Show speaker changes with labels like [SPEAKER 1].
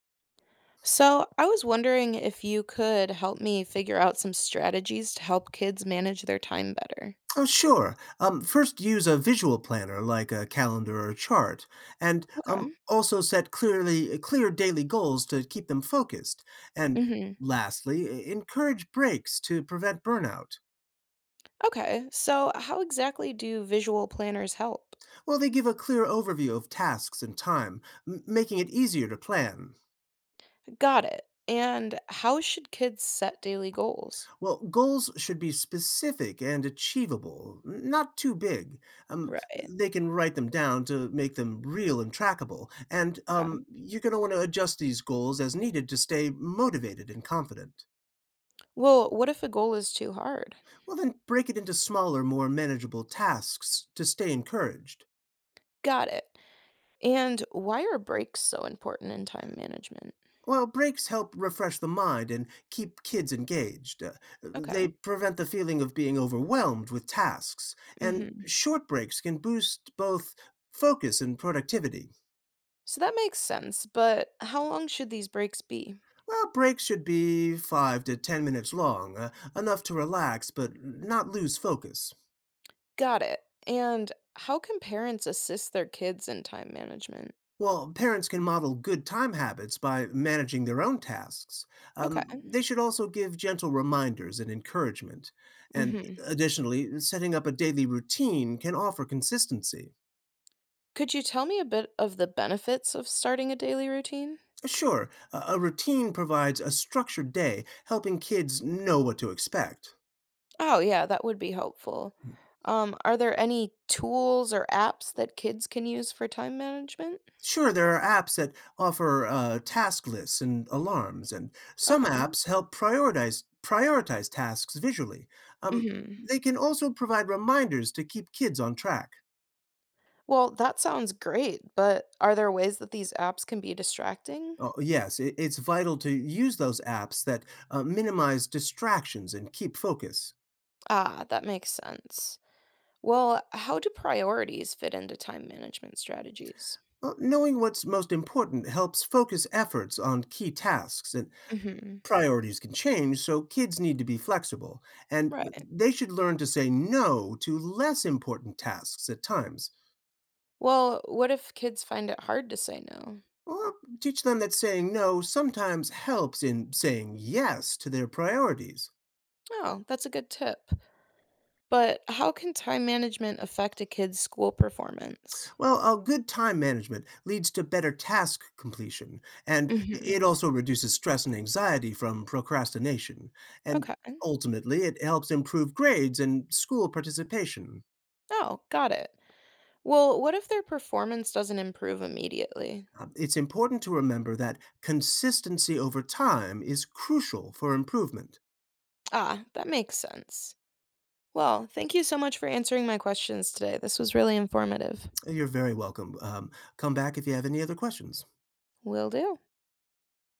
[SPEAKER 1] So, I was wondering if you could help me figure out some strategies to help kids manage their time better.
[SPEAKER 2] Oh, sure. First, use a visual planner like a calendar or chart, and
[SPEAKER 1] Okay.
[SPEAKER 2] also set clear daily goals to keep them focused. And
[SPEAKER 1] Hmm.
[SPEAKER 2] lastly, encourage breaks to prevent burnout.
[SPEAKER 1] Okay. So, how exactly do visual planners help?
[SPEAKER 2] Well, they give a clear overview of tasks and time, making it easier to plan.
[SPEAKER 1] Got it. And how should kids set daily goals?
[SPEAKER 2] Well, goals should be specific and achievable, not too big.
[SPEAKER 1] Right.
[SPEAKER 2] They can write them down to make them real and trackable, and
[SPEAKER 1] Okay.
[SPEAKER 2] you're going to want to adjust these goals as needed to stay motivated and confident.
[SPEAKER 1] Well, what if a goal is too hard?
[SPEAKER 2] Well, then break it into smaller, more manageable tasks to stay encouraged.
[SPEAKER 1] Got it. And why are breaks so important in time management?
[SPEAKER 2] While breaks help refresh the mind and keep kids engaged, they
[SPEAKER 1] Okay.
[SPEAKER 2] prevent the feeling of being overwhelmed with tasks, and
[SPEAKER 1] Hmm.
[SPEAKER 2] short breaks can boost both focus and productivity.
[SPEAKER 1] So that makes sense, but how long should these breaks be?
[SPEAKER 2] Well, breaks should be 5 to 10 minutes long, enough to relax but not lose focus.
[SPEAKER 1] Got it. And how can parents assist their kids in time management?
[SPEAKER 2] While parents can model good time habits by managing their own tasks,
[SPEAKER 1] Okay.
[SPEAKER 2] they should also give gentle reminders and encouragement. And
[SPEAKER 1] Hmm.
[SPEAKER 2] additionally, setting up a daily routine can offer consistency.
[SPEAKER 1] Could you tell me a bit of the benefits of starting a daily routine?
[SPEAKER 2] Sure, a routine provides a structured day, helping kids know what to expect.
[SPEAKER 1] Oh, yeah, that would be helpful. Are there any tools or apps that kids can use for time management?
[SPEAKER 2] Sure, there are apps that offer task lists and alarms, and some
[SPEAKER 1] Okay.
[SPEAKER 2] apps help prioritize tasks visually. Um,
[SPEAKER 1] Hmm.
[SPEAKER 2] they can also provide reminders to keep kids on track.
[SPEAKER 1] Well, that sounds great, but are there ways that these apps can be distracting?
[SPEAKER 2] Oh, yes, it's vital to use those apps that minimize distractions and keep focus.
[SPEAKER 1] Ah, that makes sense. Well, how do priorities fit into time management strategies?
[SPEAKER 2] Well, knowing what's most important helps focus efforts on key tasks, and
[SPEAKER 1] Hmm.
[SPEAKER 2] priorities can change, so kids need to be flexible, and
[SPEAKER 1] Right.
[SPEAKER 2] they should learn to say no to less important tasks at times.
[SPEAKER 1] Well, what if kids find it hard to say no?
[SPEAKER 2] Or teach them that saying no sometimes helps in saying yes to their priorities.
[SPEAKER 1] Oh, that's a good tip. But how can time management affect a kid's school performance?
[SPEAKER 2] Well, a good time management leads to better task completion, and
[SPEAKER 1] Hmm.
[SPEAKER 2] it also reduces stress and anxiety from procrastination. And
[SPEAKER 1] Okay.
[SPEAKER 2] ultimately, it helps improve grades and school participation.
[SPEAKER 1] Oh, got it. Well, what if their performance doesn't improve immediately?
[SPEAKER 2] It's important to remember that consistency over time is crucial for improvement.
[SPEAKER 1] Ah, that makes sense. Well, thank you so much for answering my questions today. This was really informative.
[SPEAKER 2] You're very welcome. Come back if you have any other questions.
[SPEAKER 1] Will do.